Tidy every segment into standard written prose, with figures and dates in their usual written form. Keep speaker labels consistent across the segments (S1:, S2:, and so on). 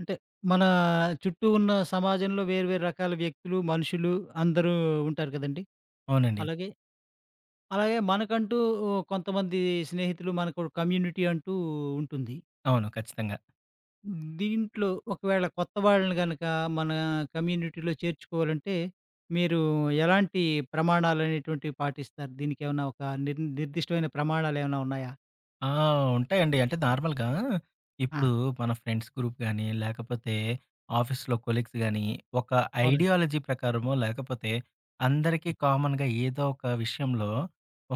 S1: అంటే మన చుట్టూ ఉన్న సమాజంలో వేరు వేరు రకాల వ్యక్తులు, మనుషులు అందరూ ఉంటారు కదండీ!
S2: అవునండి.
S1: అలాగే, అలాగే మనకంటూ కొంతమంది స్నేహితులు, మనకు కమ్యూనిటీ అంటూ ఉంటుంది.
S2: అవును. ఖచ్చితంగా.
S1: దీంట్లో ఒకవేళ కొత్త వాళ్ళని గనక మన కమ్యూనిటీలో చేర్చుకోవాలంటే, మీరు ఎలాంటి ప్రమాణాలనేటువంటివి పాటిస్తారు? దీనికేమన్నా ఒక నిర్దిష్టమైన ప్రమాణాలేమన్నా ఉన్నాయా?
S2: ఆ! ఉంటాయండి. అంటే నార్మల్‌గా
S1: ఆ!
S2: ఇప్పుడు మన ఫ్రెండ్స్ గ్రూప్ గాని, లేకపోతే ఆఫీస్‌లో కొలీగ్స్ గాని, ఒక
S1: అవునండి.
S2: ఐడియాలజీ ప్రకారమో, లేకపోతే అందరికీ
S1: హ్మ్.
S2: కామన్‌గా ఏదో ఒక విషయంలో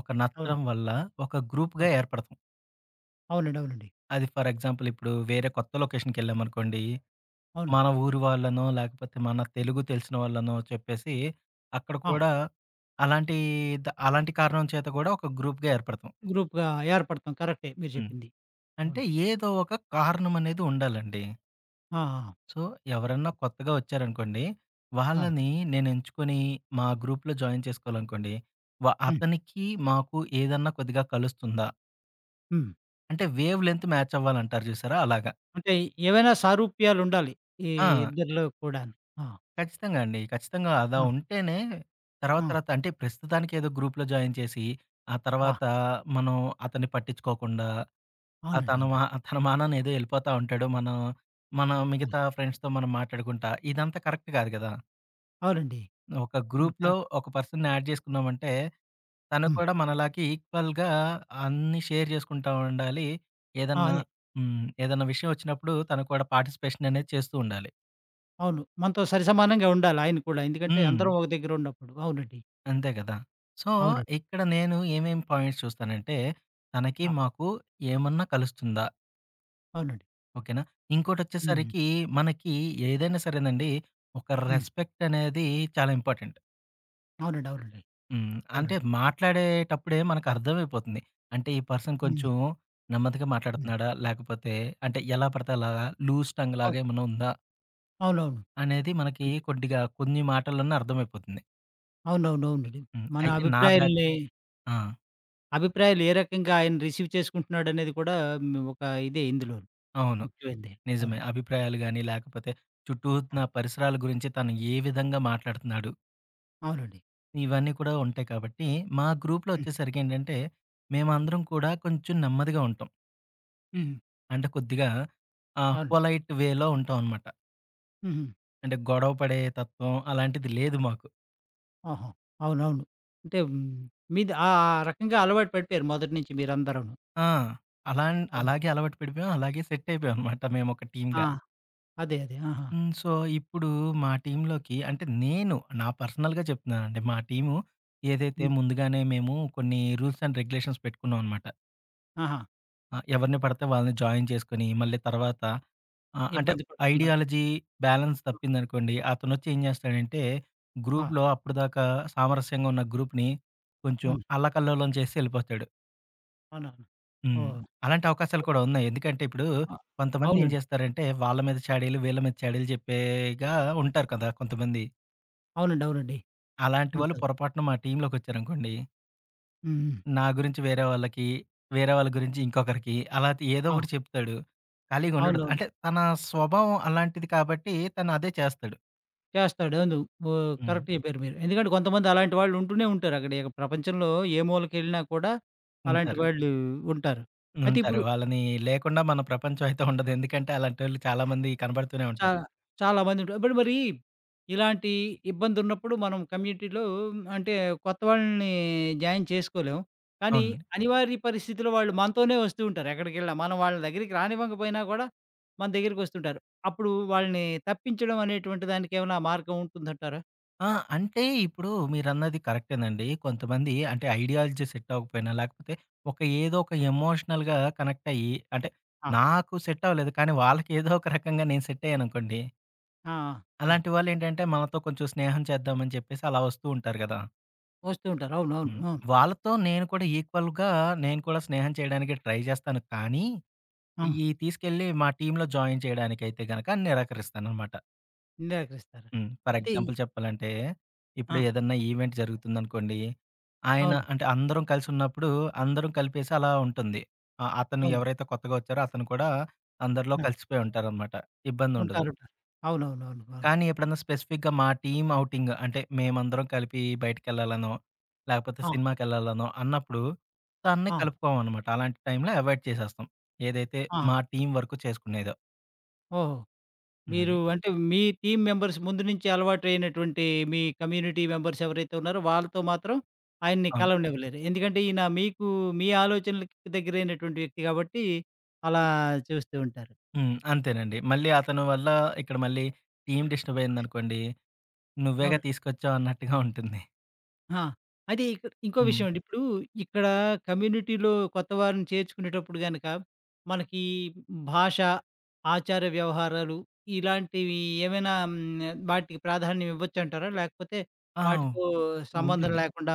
S2: ఒక
S1: అవును.
S2: నచ్చడం వల్ల ఒక గ్రూప్‌గా
S1: అవును.
S2: ఏర్పడతాం.
S1: అవునండి. అవునండి.
S2: అది ఫర్ ఎగ్జాంపుల్ ఇప్పుడు వేరే కొత్త లొకేషన్‌కెళ్ళామనుకోండి,
S1: అవును.
S2: మన ఊరి వాళ్ళనో, లేకపోతే మన తెలుగు తెలిసిన వాళ్ళనో చెప్పేసి అక్కడ
S1: ఆ!
S2: కూడా అలాంటి అలాంటి కారణం చేత కూడా ఒక గ్రూప్‌గా ఏర్పడతాం.
S1: గ్రూప్‌గా ఏర్పడతాం. కరెక్టే మీరు
S2: హ్మ్.
S1: చెప్పింది.
S2: అంటే
S1: అవును.
S2: ఏదో ఒక కారణమనేది ఉండాలండి.
S1: ఆ! ఆ!
S2: సో, ఎవరన్నా కొత్తగా వచ్చారనుకోండి,
S1: ఆ!
S2: వాళ్ళని నేను ఎంచుకొని మా గ్రూప్‌లో జాయిన్ చేసుకోవాలనుకోండి,
S1: హ్మ్.
S2: అతనికి, మాకు ఏదన్నా కొద్దిగా కలుస్తుందా?
S1: హ్మ్.
S2: అంటే వేవ్ లెంత్ మ్యాచ్ అవ్వాలంటారు చూసారా? అలాగా.
S1: అంటే ఏవైనా సారూప్యాలుండాలి. ఈ
S2: ఆ!
S1: ఇద్దరిలో కూడాను. ఆ!
S2: ఖచ్చితంగా అండి. ఖచ్చితంగా అలా
S1: ఆ!
S2: ఉంటేనే తర్వాత
S1: ఆ!
S2: తర్వాత అంటే ప్రస్తుతానికి ఏదో గ్రూప్‌లో జాయిన్ చేసి, ఆ
S1: ఆ!
S2: తర్వాత మనం అతన్ని పట్టించుకోకుండా ఆ!
S1: అవునండి.
S2: తన మా
S1: అవునండి.
S2: తన మానాన ఏదో ఎళ్ళిపోతా ఉంటాడు. మనం మనం
S1: ఆ!
S2: మిగతా ఫ్రెండ్స్‌తో మనం మాట్లాడుకుంటా. ఇదంతా కరెక్ట్ కాదు గదా!
S1: అవునండి.
S2: ఒక
S1: అవును.
S2: గ్రూప్‌లో
S1: కరెక్ట్.
S2: ఒక పర్సన్‌ని యాడ్ చేసుకున్నామంటే, తను
S1: హ్మ్.
S2: కూడా మనలాగే ఈక్వల్‌గా అన్నీ షేర్ చేసుకుంటా ఉండాలి.
S1: ఆ!
S2: ఏదన్నా
S1: అదే.
S2: హ్మ్. ఏదన్నా విషయం వచ్చినప్పుడు తను కూడా పార్టిసిపేషన్ అనేది చేస్తూ ఉండాలి.
S1: అవును. మనతో సరి సమానంగా ఉండాలి ఆయన కూడా. ఎందుకంటే
S2: హ్మ్.
S1: అందరం ఒక దగ్గర ఉన్నప్పుడు. అవునండి.
S2: అంతే గదా! సో,
S1: అవునండి.
S2: ఇక్కడ నేను ఏమేం పాయింట్స్ చూస్తానంటే, తనకి
S1: ఆ!
S2: మాకు ఏమన్నా కలుస్తుందా?
S1: అవునండి.
S2: ఓకేనా.
S1: హ్మ్.
S2: ఇంకోటొచ్చేసరికి మనకి ఏదైనా సరేనండి, ఒక
S1: హ్మ్.
S2: రెస్పెక్ట్ అనేది చాలా ఇంపార్టెంట్.
S1: అవునండి. అవునండి.
S2: అంటే
S1: అవునండి.
S2: మాట్లాడేటప్పుడే మనకు అర్థమైపోతుంది. అంటే ఈ పర్సన్
S1: హ్మ్.
S2: కొంచెం నెమ్మదిగా
S1: హ్మ్.
S2: మాట్లాడుతున్నాడా? లేకపోతే అంటే ఎలా పడితే అలాగా లూజ్ టంగ్ లాగా
S1: అవును.
S2: ఏమన్నా ఉందా?
S1: అవునవును.
S2: అనేది మనకి
S1: అంటే
S2: కొద్దిగా కొన్ని మాటల్లోనే అర్థమైపోతుంది.
S1: అవునవునవునండి. మన
S2: అయితే నా బ్యాచ్
S1: అభిప్రాయాల్ని,
S2: ఆ!
S1: అభిప్రాయాలు ఏ రకంగా ఆయన రిసీవ్ చేసుకుంటున్నాడనేది కూడా ఒక ఇదే ఇందులో
S2: అవును.
S1: ముఖ్యమైనదే.
S2: నిజమే.
S1: అవునండి. ఆ!
S2: అభిప్రాయాలు గాని, లేకపోతే చుట్టూ ఉన్న పరిసరాల గురించి తను ఏ విధంగా మాట్లాడుతున్నాడు?
S1: అవునండి.
S2: ఇవన్నీ కూడా ఉంటాయి కాబట్టి, మా గ్రూప్‌లో
S1: హ్మ్.
S2: వచ్చేసరికేంటంటే, మేమందరం కూడా కొంచెం నెమ్మదిగా ఉంటాం.
S1: హుహు.
S2: అంటే కొద్దిగా
S1: అవును.
S2: పొలైట్ వేలో ఉంటామనమాట.
S1: హుహు.
S2: అంటే గొడవ పడే తత్వం అలాంటిది లేదు మాకు.
S1: ఆహా! అవునవును. అంటే హ్మ్, మీది ఆ ఆ రకంగా అలవాటు పడిపోయారు మొదటి నుంచి మీరందరూను.
S2: ఆ! అలాన్
S1: అవును.
S2: అలాగే అలవాటు పడిపోయాం. అలాగే సెట్ అయిపోయామనమాట మేమొక
S1: ఆ!
S2: టీమ్‌గా.
S1: అదే అదే. ఆహా!
S2: సో, ఇప్పుడు మా టీమ్‌లోకి అంటే నేను నా పర్సనల్‌గా చెప్తున్నానండి. మా టీము ఏదైతే
S1: హ్మ్.
S2: ముందుగానే మేము కొన్ని రూల్స్ అండ్ రెగ్యులేషన్స్ పెట్టుకున్నామనమాట.
S1: ఆహా!
S2: ఎవరిని
S1: అవ్
S2: పడితే వాళ్ళని జాయిన్ చేసుకొని, మళ్ళీ తర్వాత అంటే
S1: ఇబ్బంది పడకుండా.
S2: ఐడియాలజీ బ్యాలన్స్ తప్పిందనుకోండి, అతనొచ్చి ఏం చేస్తాడంటే,
S1: ఆ!
S2: గ్రూప్‌లో అప్పటిదాకా సామరస్యంగా ఉన్న గ్రూప్‌ని కొంచెం
S1: అవును.
S2: అల్లకల్లోలం చేసి ఎళ్ళిపోతాడు.
S1: అవునవును.
S2: హ్మ్.
S1: ఓహ్!
S2: అలాంటి అవకాశాలు కూడా ఉన్నాయి. ఎందుకంటే, ఇప్పుడు
S1: ఆ!
S2: కొంతమంది ఏం
S1: అవునండి.
S2: చేస్తారంటే, వాళ్ళ మీద చాడీలు, వీళ్ళ మీద చాడీలు చెప్పేగా ఉంటారు కదా! కొంతమంది.
S1: అవునండి. అవునండి.
S2: అలాంటి వాళ్ళు
S1: ఉంటారు.
S2: పొరపాటున మా టీమ్‌లోకొచ్చారనుకోండి
S1: హ్మ్.
S2: నా గురించి వేరే వాళ్ళకి, వేరే వాళ్ళ గురించి ఇంకొకరికి అలా ఏదో
S1: ఆ!
S2: ఒకటి చెప్తాడు. ఖాళీగా ఉండడు.
S1: అవునవును.
S2: అంటే తన స్వభావం అలాంటిది కాబట్టి తను అదే చేస్తాడు.
S1: చేస్తాడు. అవును. ఓహ్!
S2: హ్మ్.
S1: కరెక్ట్ చెప్పారు మీరు. ఎందుకంటే కొంతమంది అలాంటి వాళ్ళు ఉంటూనే ఉంటారు. అక్కడ ఇక ప్రపంచంలో ఏ మూలకెళ్ళినా కూడా అలాంటి
S2: ఉంటారు.
S1: వాళ్ళు ఉంటారు. అయితే
S2: ఉంటారు.
S1: ఇప్పుడు
S2: వాళ్ళని లేకుండా మన ప్రపంచం అయితే ఉండదు. ఎందుకంటే అలాంటోళ్ళు చాలా మంది కనబడుతూనే ఉంటారు.
S1: చాలా, చాలా మందుంటారు. ఇప్పుడు మరి ఇలాంటి ఇబ్బందున్నప్పుడు మనం కమ్యూనిటీలో అంటే కొత్త వాళ్ళని జాయిన్ చేసుకోలేం. కానీ
S2: అవునండి.
S1: అనివార్య పరిస్థితిలో వాళ్ళు మనతోనే వస్తూ ఉంటారు ఎక్కడికెళ్ళినా. మనం వాళ్ళ దగ్గరికి రానివ్వకపోయినా కూడా మన దగ్గరికొస్తుంటారు. అప్పుడు వాళ్ళని తప్పించడం అనేటువంటి దానికేమైనా మార్గం ఉంటుందంటారా?
S2: ఆ! అంటే ఇప్పుడు మీరన్నది కరెక్టేనండి. కొంతమంది అంటే ఐడియాలజీ సెట్ అవ్వకపోయినా లేకపోతే ఒక ఏదో ఒక ఎమోషనల్‌గా కనెక్ట్ అయ్యి అంటే
S1: ఆ!
S2: నాకు సెట్ అవ్వలేదు. కానీ వాళ్ళకి ఏదో ఒక రకంగా నేను సెట్ అయ్యాననుకోండి
S1: ఆ! అవును.
S2: అలాంటి వాళ్ళేంటంటే మనతో కొంచెం స్నేహం చేద్దామని చెప్పేసి అలా వస్తూ ఉంటారు గదా!
S1: వస్తూ ఉంటారు. అవును. అవును.
S2: హ్మ్.
S1: అవును.
S2: వాళ్ళతో నేను కూడా ఈక్వల్‌గా నేను కూడా స్నేహం చేయడానికి ట్రై జేస్తాను. కానీ,
S1: ఆ!
S2: ఈ తీసుకెళ్ళి మా టీమ్‌లో జాయిన్ చేయడానికైతే గనక నిరాకరిస్తాననమాట.
S1: నిరాకరిస్తారు.
S2: ఫర్
S1: అయితే ఈ
S2: ఎగ్జాంపుల్ చెప్పాలంటే, ఇప్పుడు
S1: ఆ!
S2: ఏదన్నా ఈవెంట్ జరుగుతుందనుకోండి, ఆయన
S1: అవును.
S2: అంటే అందరం కలిసున్నప్పుడు అందరం కలిపేసి అలా ఉంటుంది. అతను
S1: అవును.
S2: ఎవరైతే కొత్తగా వచ్చారో అతను కూడా అందరిలో
S1: ఆ!
S2: కలిసిపోయి ఉంటారనమాట. ఇబ్బందుండదు.
S1: ఉంటారు. ఉంటారు. అవునవునవును. అవును.
S2: కానీ ఎప్పుడన్నా స్పెసిఫిక్‌గా మా టీమ్ ఔటింగ్ అంటే మేమందరం కలిపి బయటికెళ్ళాలనో, లేకపోతే
S1: అవును
S2: సినిమాకెళ్ళాలనో అన్నప్పుడు తనని
S1: అవును
S2: కలుపుకోమనమాట. అలాంటి టైంలో అవాయిడ్ చేసేస్తాం. ఏదైతే
S1: ఆ! ఆ! ఆ!
S2: మా టీమ్ వరకు చేసుకునేదో.
S1: ఓహో! మీరు
S2: అది.
S1: అంటే మీ టీమ్ మెంబర్స్ ముందు నుంచి అలవాటైనటువంటి మీ కమ్యూనిటీ మెంబర్స్ ఎవరైతే ఉన్నారో వాళ్ళతో మాత్రం ఆయన్ని
S2: అవును.
S1: కలవనివ్వలేరు. ఎందుకంటే ఈయన మీకు మీ ఆలోచనలకి దగ్గరైనటువంటి వ్యక్తి కాబట్టి అలా చూస్తూ ఉంటారు.
S2: అంతేనండి. మళ్ళీ అతని వల్ల ఇక్కడ మళ్ళీ టీమ్ డిస్టర్బ్ అయిందనుకోండి, "నువ్వేగా
S1: అవును.
S2: తీసుకొచ్చావు" అన్నట్టుగా ఉంటుంది.
S1: ఆ! అయితే ఇక్కడ ఇంకో
S2: హ్మ్.
S1: విషయం అండి. ఇప్పుడు ఇక్కడ కమ్యూనిటీలో కొత్త వారిని చేర్చుకునేటప్పుడు గనక మనకి భాష, ఆచార వ్యవహారాలు ఇలాంటివి ఏమైనా హ్మ్, వాటికి ప్రాధాన్యం ఇవ్వొచ్చంటారా? లేకపోతే
S2: ఆ!
S1: వాటితో సంబంధం
S2: ఉంటుంది.
S1: లేకుండా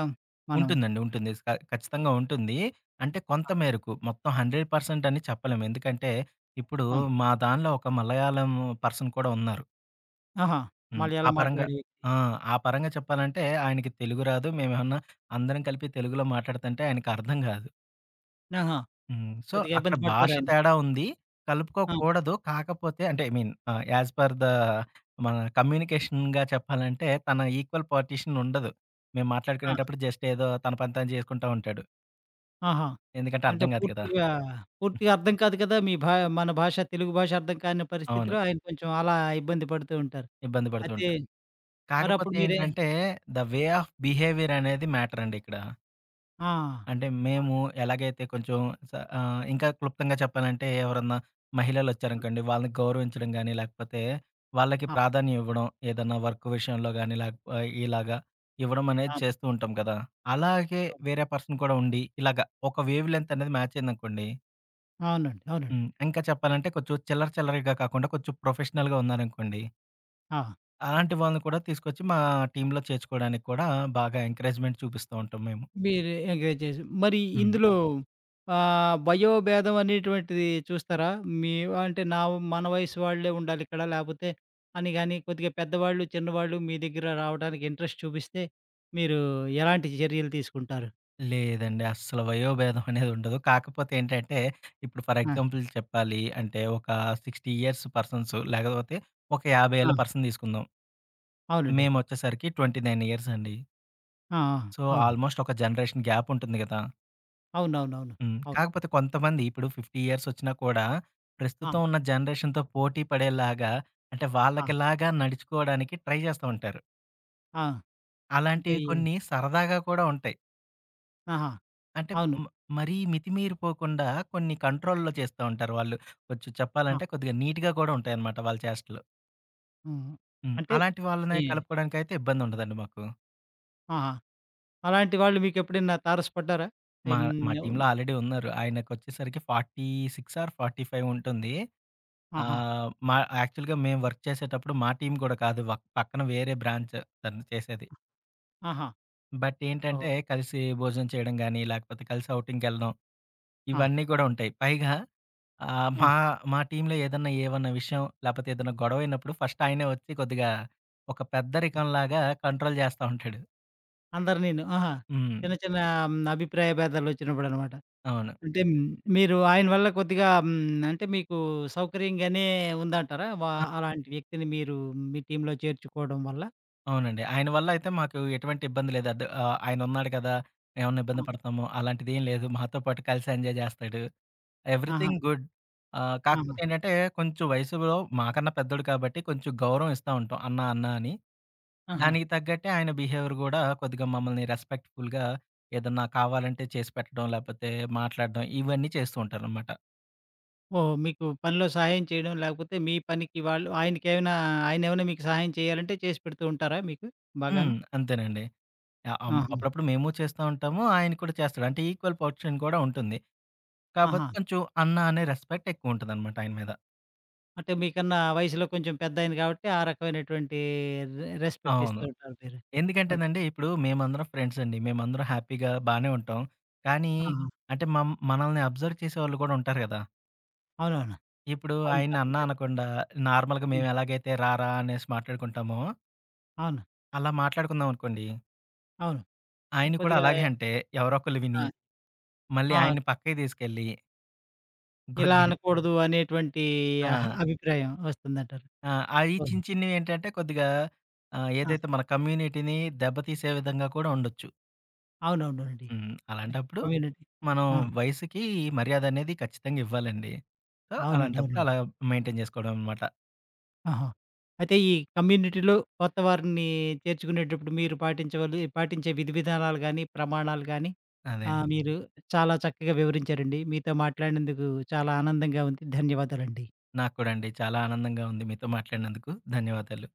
S1: మనం
S2: ఉంటుందండి. ఉంటుంది. ఖచ్చితంగా ఉంటుంది. అంటే కొంత
S1: ఆ!
S2: మేరకు మొత్తం 100% అని చెప్పలేము. ఎందుకంటే ఇప్పుడు
S1: అవును.
S2: మా దానిలో ఒక మలయాళం పర్సన్ కూడా ఉన్నారు.
S1: ఆహా!
S2: ఆ
S1: మలయాళ
S2: పరంగా
S1: మాట్లాడి
S2: ఆ! ఆ పరంగా చెప్పాలంటే ఆయనకి తెలుగు రాదు. మేమేమన్నా అందరం కలిపి తెలుగులో మాట్లాడుతుంటే ఆయనకి అర్థం కాదు.
S1: ఆహా!
S2: సో,
S1: కొద్దిగా
S2: అక్కడ
S1: ఇబ్బంది
S2: భాష
S1: పడతారాయన.
S2: తేడా ఉంది.
S1: ఆ!
S2: కలుపుకోకూడదు. కాకపోతే అంటే I mean as per the మన కమ్యూనికేషన్‌గా చెప్పాలంటే తన ఈక్వల్ పార్టిషన్ ఉండదు. మేము
S1: ఆ!
S2: మాట్లాడుకునేటప్పుడు జస్ట్ ఏదో తన పని తను చేసుకుంటా ఉంటాడు.
S1: ఆహా!
S2: ఎందుకంటే
S1: అంటే
S2: అర్థం కాదు కదా!
S1: పూర్తిగా, పూర్తిగా అర్థం కాదు కదా! మీ భా మన భాష తెలుగు భాష అర్థం కాని
S2: అవును.
S1: పరిస్థితిలో ఆయన కొంచెం అలా ఇబ్బంది పడుతూ ఉంటారు.
S2: ఇబ్బంది పడుతూ
S1: అయితే
S2: ఉంటారు. కాకపోతే
S1: మరప్పుడు మీరే
S2: ఏంటంటే, ద వే ఆఫ్ బిహేవియర్ అనేది మ్యాటర్ అండి ఇక్కడ.
S1: ఆ!
S2: అంటే
S1: ఆ!
S2: మేము ఎలాగైతే కొంచెం ఇంకా క్లుప్తంగా చెప్పాలంటే ఎవరన్నా మహిళలొచ్చారనుకోండి, వాళ్ళని గౌరవించడం గాని, లేకపోతే వాళ్ళకి ప్రాధాన్యం ఇవ్వడం, ఏదన్నా వర్క్ విషయంలో గాని, ఇలాగా ఇవ్వడం
S1: ఆ!
S2: అనేది
S1: అవును.
S2: చేస్తూ ఉంటాం కదా! అలాగే వేరే పర్సన్ కూడా ఉండి, ఇలాగా ఒక వేవ్ లెంత్ అనేది మ్యాచ్ అయిందనుకోండి.
S1: అవునండి. అవునండి.
S2: ఇంకా చెప్పాలంటే కొంచెం చిల్లర చిల్లరగా కాకుండా కొంచెం ప్రొఫెషనల్‌గా ఉన్నారనుకోండి
S1: ఆ!
S2: అలాంటి వాళ్ళని కూడా తీసుకొచ్చి మా టీమ్‌లో చేర్చుకోవడానికి కూడా బాగా ఎంకరేజ్‌మెంట్ చూపిస్తూ ఉంటాం మేము.
S1: మీరు ఎంకరేజ్ చేసి మరి
S2: హ్మ్.
S1: ఇందులో అవును. ఆహ్, వయోభేదం అనేటువంటిది చూస్తారా? మీ అంటే నా మన వయసు వాళ్ళే ఉండాలిక్కడ లేపోతే అని గాని కొద్దిగా పెద్దవాళ్ళు, చిన్నవాళ్ళు మీ దగ్గర రావడానికి ఇంట్రెస్ట్ చూపిస్తే మీరు ఎలాంటి చర్యలు తీసుకుంటారు?
S2: లేదండి. అస్సలు వయోభేదం అనేది ఉండదు. కాకపోతే ఏంటంటే, ఇప్పుడు ఫర్
S1: ఆ!
S2: ఎగ్జాంపుల్ చెప్పాలి అంటే, ఒక 60 ఇయర్స్ పర్సన్స్ లేకపోతే ఒక 50
S1: ఆ!
S2: ఏళ్ల పర్సన్ తీసుకుందాం.
S1: అవునండి.
S2: మేమొచ్చేసరికి 29 ఇయర్స్ అండి.
S1: ఆ!
S2: సో,
S1: ఆ! అవును.
S2: ఆల్మోస్ట్ ఒక జనరేషన్ గ్యాప్ ఉంటుంది కదా!
S1: అవునవునవును. అవును.
S2: కాకపోతే కొంతమంది ఇప్పుడు 50 ఇయర్స్ వచ్చినా కూడా ప్రస్తుతం
S1: అవును
S2: ఉన్న జనరేషన్‌తో పోటీ పడేలాగా అంటే
S1: అవును
S2: వాళ్ళకిలాగా నడుచుకోవడానికి ట్రై చేస్తా ఉంటారు.
S1: ఆ! ఆ! ఆ! అంటే
S2: అలాంటివి
S1: ఈ
S2: కొన్ని సరదాగా కూడా ఉంటాయి.
S1: ఆహా!
S2: అంటే
S1: అవును.
S2: మ మరీ మితిమీరిపోకుండా కొన్ని కంట్రోల్‌లో చేస్తా ఉంటారు వాళ్ళు. కొంచెం
S1: ఆ!
S2: చెప్పాలంటే కొద్దిగా నీట్‌గా కూడా ఉంటాయన్నమాట వాళ్ళ చేష్టలు.
S1: హ్మ్. అంటే
S2: అలాంటి వాళ్ళనే
S1: ఈ
S2: కలుపుకోవడానికైతే ఇబ్బందుండదండి మాకు.
S1: ఆహా! అలాంటి వాళ్ళు మీకెప్పుడైనా తారసపడ్డారా?
S2: మా మా
S1: హ్మ్.
S2: టీమ్‌లో ఆల్రెడీ ఉన్నారు. ఆయనకొచ్చేసరికి 46 ఆర్ 45 ఉంటుంది.
S1: ఆహా!
S2: ఆహ్, మా యాక్చువల్‌గా మేము వర్క్ చేసేటప్పుడు మా టీమ్ కూడా కాదు. పక్కన వేరే బ్రాంచ్ తను చేసేది.
S1: ఆహా!
S2: బట్
S1: ఓహ్!
S2: ఏంటంటే కలిసి భోజనం చేయడం గాని, లేకపోతే కలిసి ఔటింగ్‌కెళ్ళడం
S1: ఆ!
S2: ఇవన్నీ కూడా ఉంటాయి. పైగా ఆ!
S1: ఆ!
S2: మా మా టీమ్‌లో ఏవన్నా విషయం లేపోతే ఏదన్నా గొడవయినప్పుడు ఫస్ట్ ఆయనే వచ్చి కొద్దిగా ఒక పెద్దరికంలాగా కంట్రోల్ చేస్తా ఉంటాడు.
S1: అందరినీను. ఆహా!
S2: హ్మ్.
S1: చిన్న చిన్న హ్మ్, అభిప్రాయ భేదాలొచ్చినప్పుడనమాట.
S2: అవును.
S1: అంటే హ్మ్, మీరు ఆయన వల్ల కొద్దిగా హ్మ్, అంటే మీకు సౌకర్యంగానే ఉందంటారా? వా
S2: ఆ!
S1: అలాంటి వ్యక్తిని మీరు మీ టీమ్‌లో చేర్చుకోవడం వల్ల?
S2: అవునండి. ఆయన వల్ల అయితే మాకు ఎటువంటి ఇబ్బంది లేదు. ఆయనున్నాడు కదా! ఏమన్నా
S1: ఆ!
S2: ఇబ్బంది పడతామో అలాంటిదేం లేదు. మాతో పాటు కలిసి ఎంజాయ్ చేస్తాడు.
S1: ఆహా!
S2: Everything good.
S1: ఆహా!
S2: కాకపోతే ఏంటంటే కొంచెం వయసులో మాకన్నా పెద్దోడు కాబట్టి కొంచెం గౌరవం ఇస్తా ఉంటాం. అన్న, అన్న అని.
S1: ఆహా!
S2: దానికి తగ్గట్టే ఆయన బిహేవియర్ గూడా కొద్దిగా మమ్మల్ని రెస్పెక్ట్‌ఫుల్‌గా ఏదన్నా కావాలంటే చేసి పెట్టడం, లేపోతే మాట్లాడడం ఇవన్నీ చేస్తూ ఉంటారనమాట.
S1: ఓహో! మీకు పనిలో సహాయం చేయడం, లేకపోతే మీ పనికి వాళ్ళు ఆయనకేమైనా ఆయనేమైనా మీకు సహాయం చేయాలంటే చేసి పెడుతూ ఉంటారా మీకు బాగాను?
S2: అంతేనండి. ఆహ్, అం
S1: ఆహా!
S2: అప్పుడప్పుడు మేము చేస్తా ఉంటాము. ఆయన కూడా చేస్తాడు. అంటే ఈక్వల్ పొజిషన్ కూడా ఉంటుంది. కాపోతే
S1: ఆహా!
S2: కొంచెం అన్న అనే రెస్పెక్ట్ ఎక్కువుంటదనమాట ఆయన మీద.
S1: అంటే మీకన్నా వయసులో కొంచెం పెద్దాయన కాబట్టి, ఆ రకమైనటువంటి రెస్పెక్ట్ ఇస్తూ
S2: అవును.
S1: ఉంటారు మీరు.
S2: ఎందుకంటేనండి ఇప్పుడు మేమందరం ఫ్రెండ్స్ అండి. మేమందరం హ్యాపీగా బానే ఉంటాం. కానీ
S1: ఆహా!
S2: అంటే మనల్ని అబ్జర్వ్ చేసేవాళ్ళు కూడా ఉంటారు గదా!
S1: అవునవును.
S2: ఇప్పుడు
S1: అవును.
S2: ఆయన్ని అన్న
S1: తప్పనిసరి.
S2: అనకుండా నార్మల్‌గా
S1: హ్మ్.
S2: మేము ఎలాగైతే "రారా" అనేసి మాట్లాడుకుంటామో
S1: అవును.
S2: అలా మాట్లాడుకున్నాం అనుకోండి.
S1: అవును.
S2: ఆయన కూడా
S1: కొద్దిగా
S2: అలాగే అంటే ఎవరో ఒకళ్ళు విని,
S1: ఆ!
S2: మళ్ళీ
S1: ఆ!
S2: ఆయన్ని పక్కకి తీసుకెళ్ళి
S1: ఇలా
S2: కొద్దిగా
S1: అనకూడదు అనేటువంటి అహ
S2: ఆ!
S1: అభిప్రాయం వస్తుందంటారు.
S2: ఆ! అయి
S1: అవును.
S2: చిన్న చిన్నవి ఏంటంటే కొద్దిగా
S1: ఆ!
S2: ఏదైతే మన కమ్యూనిటీని దెబ్బతీసే విధంగా కూడా ఉండొచ్చు.
S1: అవునవునండి.
S2: అలాంటప్పుడు
S1: కమ్యూనిటీ.
S2: మనం
S1: ఆ!
S2: వయసుకి మర్యాద అనేది ఖచ్చితంగా ఇవ్వాలండి. సో,
S1: అవునండి.
S2: అలాంటప్పుడు
S1: అవునండి.
S2: అలా మెయింటైన్ చేసుకోవడం అనమాట.
S1: ఆహా! అయితే ఈ కమ్యూనిటీలో కొత్త వారిని చేర్చుకునేటప్పుడు మీరు పాటించే విధి విధానాలు గాని, ప్రమాణాలు గాని
S2: అదే
S1: ఆహ్,
S2: అండి.
S1: మీరు చాలా చక్కగా వివరించారండి. మీతో మాట్లాడినందుకు చాలా ఆనందంగా ఉంది. ధన్యవాదాలండి.
S2: నాకు కూడా అండి చాలా ఆనందంగా ఉంది మీతో మాట్లాడినందుకు. ధన్యవాదాలు.